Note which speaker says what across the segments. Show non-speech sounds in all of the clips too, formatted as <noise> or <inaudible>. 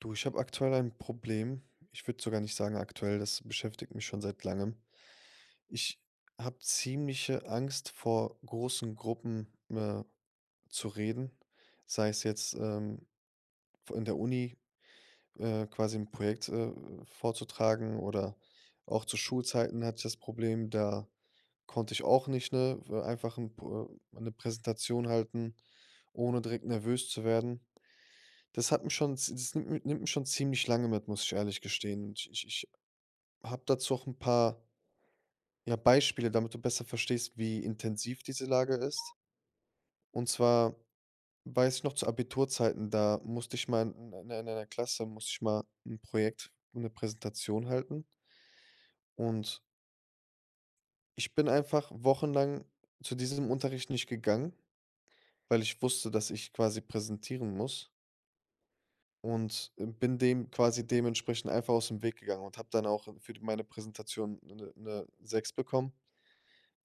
Speaker 1: Du, ich habe aktuell ein Problem. Ich würde sogar nicht sagen aktuell, das beschäftigt mich schon seit langem. Ich habe ziemliche Angst, vor großen Gruppen zu reden, sei es jetzt in der Uni quasi ein Projekt vorzutragen, oder auch zu Schulzeiten hatte ich das Problem. Da konnte ich auch nicht, ne, einfach eine Präsentation halten, ohne direkt nervös zu werden. Das hat mich schon z das nimmt mi nimmt mich schon ziemlich lange mit, muss ich ehrlich gestehen. Und ich habe dazu auch ein paar, ja, Beispiele, damit du besser verstehst, wie intensiv diese Lage ist. Und zwar weiß ich noch zu Abiturzeiten, da musste ich mal, in einer Klasse musste ich mal ein Projekt, eine Präsentation halten. Und ich bin einfach wochenlang zu diesem Unterricht nicht gegangen, weil ich wusste, dass ich quasi präsentieren muss. Und bin dem quasi dementsprechend einfach aus dem Weg gegangen und habe dann auch für d meine Präsentation eine sechs bekommen,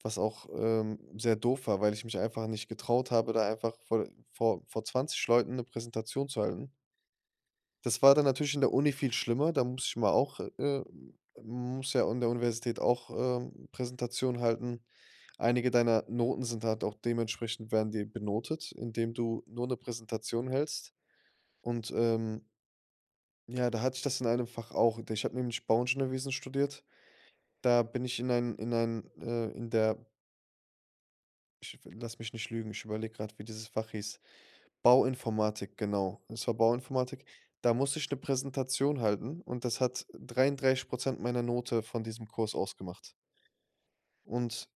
Speaker 1: was auch, sehr doof war, weil ich mich einfach nicht getraut habe, da einfach vor 20 Leuten eine Präsentation zu halten. Das war dann natürlich in der Uni viel schlimmer. Da muss ich mal auch, Muss ja an der Universität auch, Präsentationen halten. Einige deiner Noten sind halt auch dementsprechend, werden die benotet, indem du nur eine Präsentation hältst, und ja, da hatte ich das in einem Fach auch. Ich habe nämlich Bauingenieurwesen studiert. Da bin ich in ein in ein, in der Ich lass mich nicht lügen, ich überlege gerade, wie dieses Fach hieß. Bauinformatik, genau. Es war Bauinformatik. Da musste ich eine Präsentation halten, und das hat 33 meiner Note von diesem Kurs ausgemacht. Und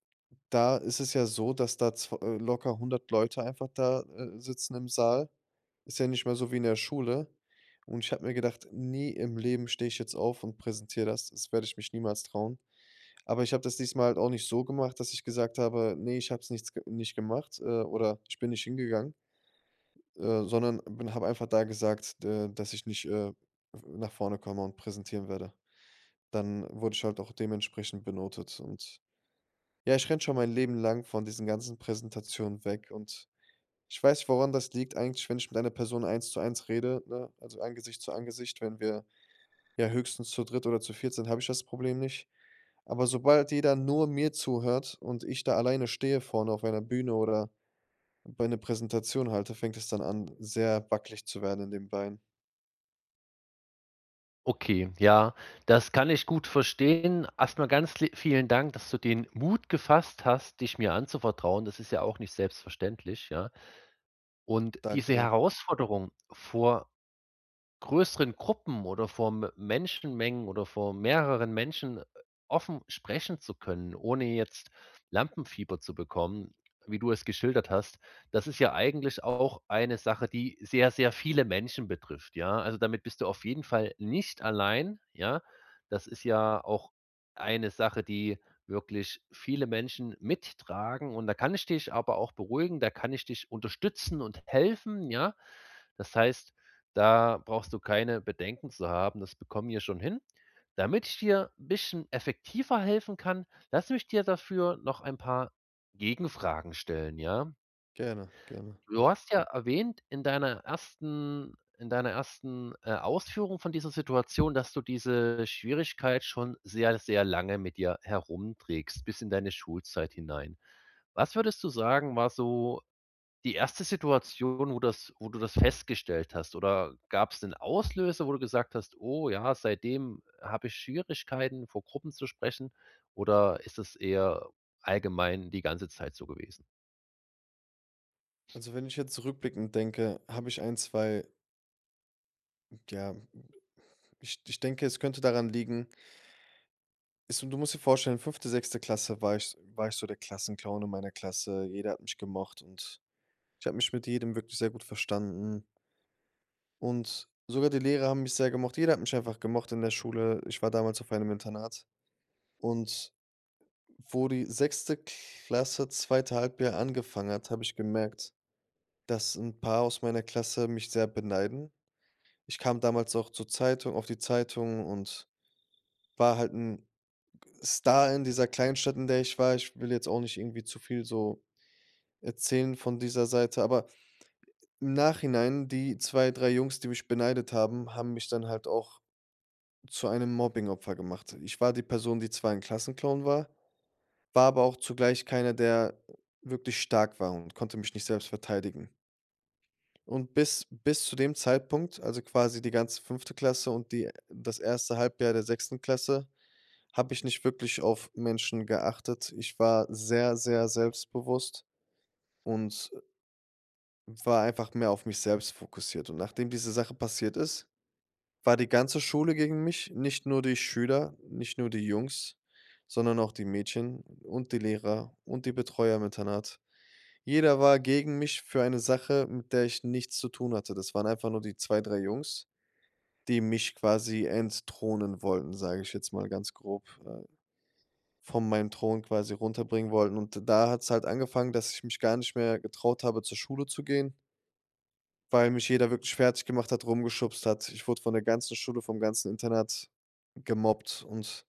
Speaker 1: da ist es ja so, dass da zw locker 100 Leute einfach da, sitzen im Saal. Ist ja nicht mehr so wie in der Schule. Und ich habe mir gedacht: „Nie im Leben stehe ich jetzt auf und präsentiere das. Das werde ich mich niemals trauen." Aber ich habe das diesmal halt auch nicht so gemacht, dass ich gesagt habe: „Nee, ich habe es nicht gemacht, oder ich bin nicht hingegangen", sondern habe einfach da gesagt, d dass ich nicht, nach vorne komme und präsentieren werde. Dann wurde ich halt auch dementsprechend benotet, und ja, ich renne schon mein Leben lang von diesen ganzen Präsentationen weg. Und ich weiß, woran das liegt, eigentlich: wenn ich mit einer Person eins zu eins rede, ne, also Angesicht zu Angesicht, wenn wir ja höchstens zu dritt oder zu viert sind, habe ich das Problem nicht. Aber sobald jeder nur mir zuhört und ich da alleine stehe vorne auf einer Bühne oder bei einer Präsentation halte, fängt es dann an, sehr wackelig zu werden in den Beinen.
Speaker 2: Okay, ja, das kann ich gut verstehen. Erstmal ganz li vielen Dank, dass du den Mut gefasst hast, dich mir anzuvertrauen. Das ist ja auch nicht selbstverständlich, ja? Und
Speaker 1: Danke
Speaker 2: diese
Speaker 1: dir.
Speaker 2: Herausforderung, vor größeren Gruppen oder vor M Menschenmengen oder vor mehreren Menschen, offen sprechen zu können, ohne jetzt Lampenfieber zu bekommen, wie du es geschildert hast. Das ist ja eigentlich auch eine Sache, die sehr, sehr viele Menschen betrifft, ja? Also, damit bist du auf jeden Fall nicht allein, ja? Das ist ja auch eine Sache, die wirklich viele Menschen mittragen, und da kann ich dich aber auch beruhigen, da kann ich dich unterstützen und helfen, ja? Das heißt, da brauchst du keine Bedenken zu haben, das bekommen wir schon hin. Damit ich dir 'n bisschen effektiver helfen kann, lass mich dir dafür noch ein paar Gegenfragen stellen, ja?
Speaker 1: Gerne, gerne.
Speaker 2: Du hast ja, Mhm, erwähnt in deiner ersten in deiner ersten Ausführung von dieser Situation, dass du diese Schwierigkeit schon sehr, sehr lange mit dir herumträgst, bis in deine Schulzeit hinein. Was würdest du sagen, war so die erste Situation, wo das wo du das festgestellt hast, oder gab es einen Auslöser, wo du gesagt hast: „Oh ja, seitdem habe ich Schwierigkeiten, vor Gruppen zu sprechen“, oder ist es eher allgemein die ganze Zeit so gewesen?
Speaker 1: Also, wenn ich jetzt rückblickend denke, habe ich ein, 2, ja, ich denke, es könnte daran liegen. Ist so, du musst dir vorstellen, fünfte, sechste Klasse, war ich so der Klassenclown in meiner Klasse. Jeder hat mich gemocht, und ich habe mich mit jedem wirklich sehr gut verstanden. Und sogar die Lehrer haben mich sehr gemocht. Jeder hat mich einfach gemocht in der Schule. Ich war damals auf einem Internat. Und wo die sechste Klasse zweite Halbjahr angefangen hat, habe ich gemerkt, dass ein paar aus meiner Klasse mich sehr beneiden. Ich kam damals auch zur Zeitung auf die Zeitung und war halt ein Star in dieser Kleinstadt, in der ich war. Ich will jetzt auch nicht irgendwie zu viel so erzählen von dieser Seite, aber im Nachhinein, die 2 3 Jungs, die mich beneidet haben, haben mich dann halt auch zu einem Mobbing-Opfer gemacht. Ich war die Person, die zwar ein Klassenclown war, war aber auch zugleich keiner, der wirklich stark war, und konnte mich nicht selbst verteidigen. Und bis zu dem Zeitpunkt, also quasi die ganze fünfte Klasse und die das erste Halbjahr der sechsten Klasse, habe ich nicht wirklich auf Menschen geachtet. Ich war sehr, sehr selbstbewusst und war einfach mehr auf mich selbst fokussiert, und nachdem diese Sache passiert ist, war die ganze Schule gegen mich, nicht nur die Schüler, nicht nur die Jungs, sondern auch die Mädchen und die Lehrer und die Betreuer im Internat. Jeder war gegen mich für eine Sache, mit der ich nichts zu tun hatte. Das waren einfach nur die 2 3 Jungs, die mich quasi entthronen wollten, sage ich jetzt mal ganz grob, von meinem Thron quasi runterbringen wollten, und da hat es halt angefangen, dass ich mich gar nicht mehr getraut habe, zur Schule zu gehen. Weil mich jeder wirklich fertig gemacht hat, rumgeschubst hat. Ich wurde von der ganzen Schule, vom ganzen Internat gemobbt, und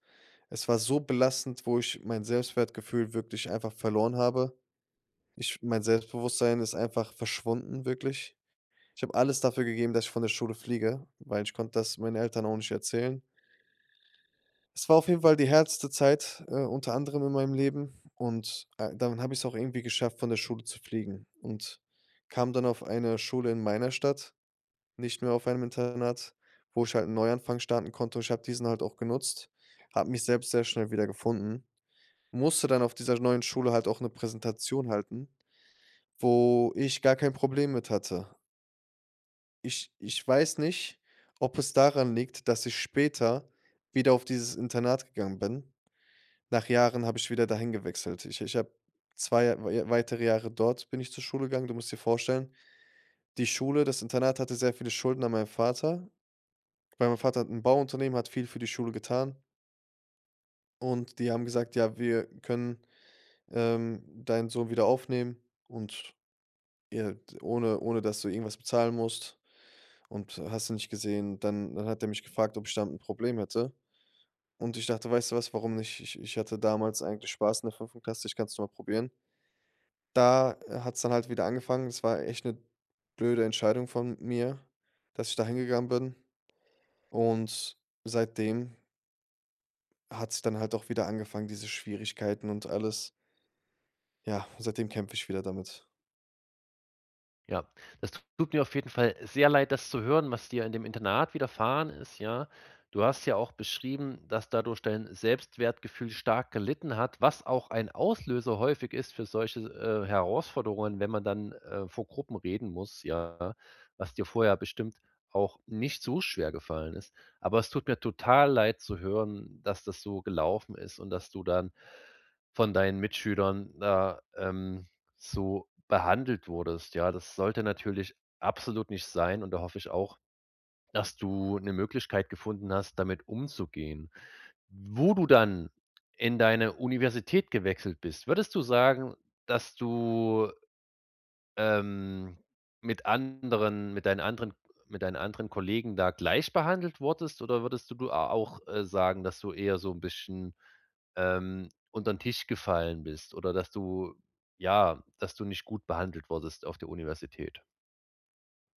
Speaker 1: es war so belastend, wo ich mein Selbstwertgefühl wirklich einfach verloren habe. Ich mein Selbstbewusstsein ist einfach verschwunden, wirklich. Ich habe alles dafür gegeben, dass ich von der Schule fliege, weil ich konnte das meinen Eltern auch nicht erzählen. Es war auf jeden Fall die härteste Zeit, unter anderem in meinem Leben, und dann habe ich es auch irgendwie geschafft, von der Schule zu fliegen, und kam dann auf eine Schule in meiner Stadt, nicht mehr auf einem Internat, wo ich halt einen Neuanfang starten konnte. Ich habe diesen halt auch genutzt, habe mich selbst sehr schnell wieder gefunden. Musste dann auf dieser neuen Schule halt auch eine Präsentation halten, wo ich gar kein Problem mit hatte. Ich weiß nicht, ob es daran liegt, dass ich später wieder auf dieses Internat gegangen bin. Nach Jahren habe ich wieder dahin gewechselt. Ich habe 2 weitere Jahre dort, bin ich zur Schule gegangen. Du musst dir vorstellen, die Schule das Internat hatte sehr viele Schulden an meinem Vater, weil mein Vater hat 'n Bauunternehmen, hat viel für die Schule getan, und die haben gesagt: „Ja, wir können, deinen Sohn wieder aufnehmen und ja, ohne dass du irgendwas bezahlen musst, und hast du nicht gesehen." Dann hat er mich gefragt, ob ich damit ein Problem hätte, und ich dachte: „Weißt du was, warum nicht? Ich hatte damals eigentlich Spaß in der fünften Klasse, ich kann's noch mal probieren." Da hat's dann halt wieder angefangen. Es war echt eine blöde Entscheidung von mir, dass ich da hingegangen bin, und seitdem hat's dann halt auch wieder angefangen, diese Schwierigkeiten und alles. Ja, seitdem kämpfe ich wieder damit.
Speaker 2: Ja, das tut mir auf jeden Fall sehr leid, das zu hören, was dir in dem Internat widerfahren ist, ja. Du hast ja auch beschrieben, dass dadurch dein Selbstwertgefühl stark gelitten hat, was auch ein Auslöser häufig ist für solche, Herausforderungen, wenn man dann, vor Gruppen reden muss, ja, was dir vorher bestimmt auch nicht so schwer gefallen ist. Aber es tut mir total leid zu hören, dass das so gelaufen ist und dass du dann von deinen Mitschülern da, so behandelt wurdest, ja. Das sollte natürlich absolut nicht sein und da hoffe ich auch, dass du eine Möglichkeit gefunden hast, damit umzugehen. Wo du dann in deine Universität gewechselt bist, würdest du sagen, dass du, ähm, mit anderen mit deinen anderen Kollegen da gleich behandelt wurdest, oder würdest du a auch, sagen, dass du eher so ein bisschen untern Tisch gefallen bist oder dass du ja, dass du nicht gut behandelt wurdest auf der Universität.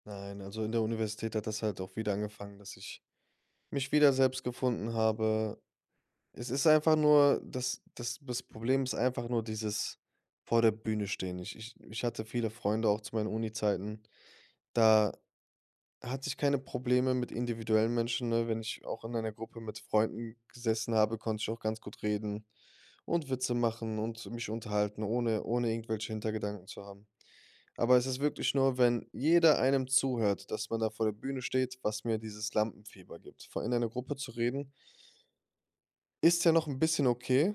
Speaker 1: Nein, also in der Universität hat das halt auch wieder angefangen, dass ich mich wieder selbst gefunden habe. Es ist einfach nur, das Problem ist einfach nur dieses vor der Bühne stehen. Ich hatte viele Freunde auch zu meinen Uni Zeiten Da hatte ich keine Probleme mit individuellen Menschen, ne? Wenn ich auch in einer Gruppe mit Freunden gesessen habe, konnte ich auch ganz gut reden und Witze machen und mich unterhalten, ohne irgendwelche Hintergedanken zu haben. Aber es ist wirklich nur, wenn jeder einem zuhört, dass man da vor der Bühne steht, was mir dieses Lampenfieber gibt. Vor In einer Gruppe zu reden, ist ja noch ein bisschen okay.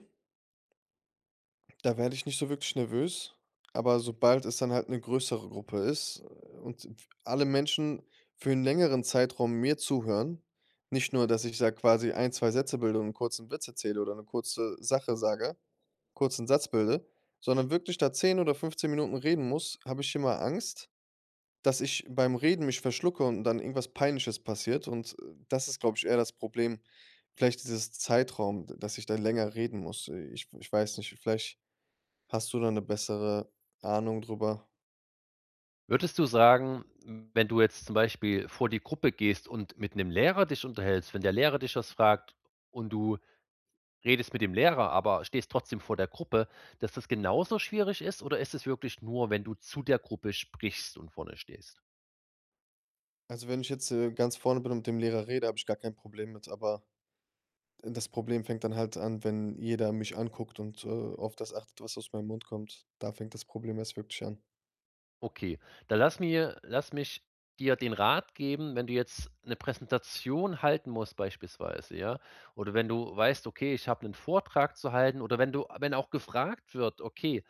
Speaker 1: Da werde ich nicht so wirklich nervös, aber sobald es dann halt eine größere Gruppe ist, und w alle Menschen für einen längeren Zeitraum mir zuhören, nicht nur, dass ich da quasi ein 2 Sätze bilde und einen kurzen Witz erzähle oder eine kurze Sache sage kurzen Satz bilde, sondern wirklich da 10 oder 15 Minuten reden muss, habe ich immer Angst, dass ich beim Reden mich verschlucke und dann irgendwas Peinliches passiert, und das ist, glaube ich, eher das Problem. Vielleicht dieses Zeitraum, d dass ich da länger reden muss. Ich weiß nicht, vielleicht hast du da eine bessere Ahnung drüber?
Speaker 2: Würdest du sagen, wenn du jetzt zum Beispiel vor die Gruppe gehst und mit einem Lehrer dich unterhältst, wenn der Lehrer dich was fragt und du redest mit dem Lehrer, aber stehst trotzdem vor der Gruppe, dass das genauso schwierig ist, oder ist es wirklich nur, wenn du zu der Gruppe sprichst und vorne stehst?
Speaker 1: Also, wenn ich jetzt, ganz vorne bin und mit dem Lehrer rede, habe ich gar kein Problem mit, aber das Problem fängt dann halt an, wenn jeder mich anguckt und, auf das achtet, was aus meinem Mund kommt. Da fängt das Problem erst wirklich an.
Speaker 2: Okay, dann lass mich dir den Rat geben, wenn du jetzt eine Präsentation halten musst beispielsweise, ja, oder wenn du weißt: „Okay, ich habe einen Vortrag zu halten“, oder wenn du wenn auch gefragt wird: „Okay,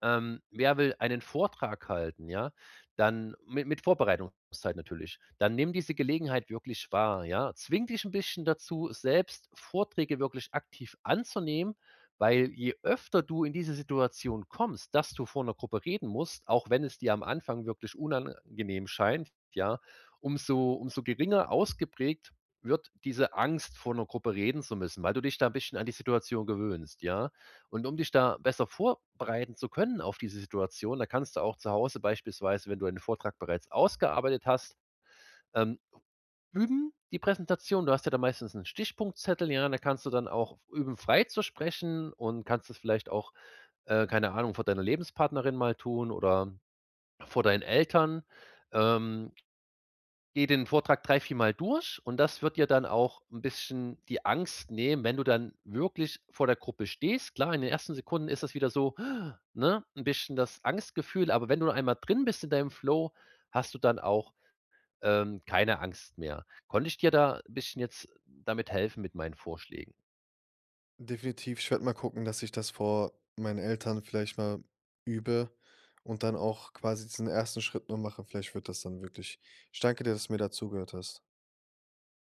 Speaker 2: wer will einen Vortrag halten“, ja? Dann mit Vorbereitungszeit natürlich. Dann nimm diese Gelegenheit wirklich wahr, ja? Zwing dich ein bisschen dazu, selbst Vorträge wirklich aktiv anzunehmen, weil je öfter du in diese Situation kommst, dass du vor einer Gruppe reden musst, auch wenn es dir am Anfang wirklich unangenehm scheint, ja, umso geringer ausgeprägt wird diese Angst, vor einer Gruppe reden zu müssen, weil du dich da 'n bisschen an die Situation gewöhnst, ja? Und um dich da besser vorbereiten zu können auf diese Situation, da kannst du auch zu Hause beispielsweise, wenn du einen Vortrag bereits ausgearbeitet hast, ähm, üben die Präsentation. Du hast ja da meistens einen Stichpunktzettel, ja, da kannst du dann auch üben, frei zu sprechen, und kannst es vielleicht auch, keine Ahnung, vor deiner Lebenspartnerin mal tun oder vor deinen Eltern. Ähm, Geh den Vortrag drei, viermal durch und das wird dir dann auch ein bisschen die Angst nehmen, wenn du dann wirklich vor der Gruppe stehst. Klar, in den ersten Sekunden ist das wieder so, <gasps> ne, ein bisschen das Angstgefühl, aber wenn du einmal drin bist in deinem Flow, hast du dann auch, keine Angst mehr. Konnte ich dir da ein bisschen jetzt damit helfen mit meinen Vorschlägen?
Speaker 1: Definitiv, ich werde mal gucken, dass ich das vor meinen Eltern vielleicht mal übe, und dann auch quasi diesen ersten Schritt nur mache. Vielleicht wird das dann wirklich. Ich danke dir, dass du mir dazugehört hast.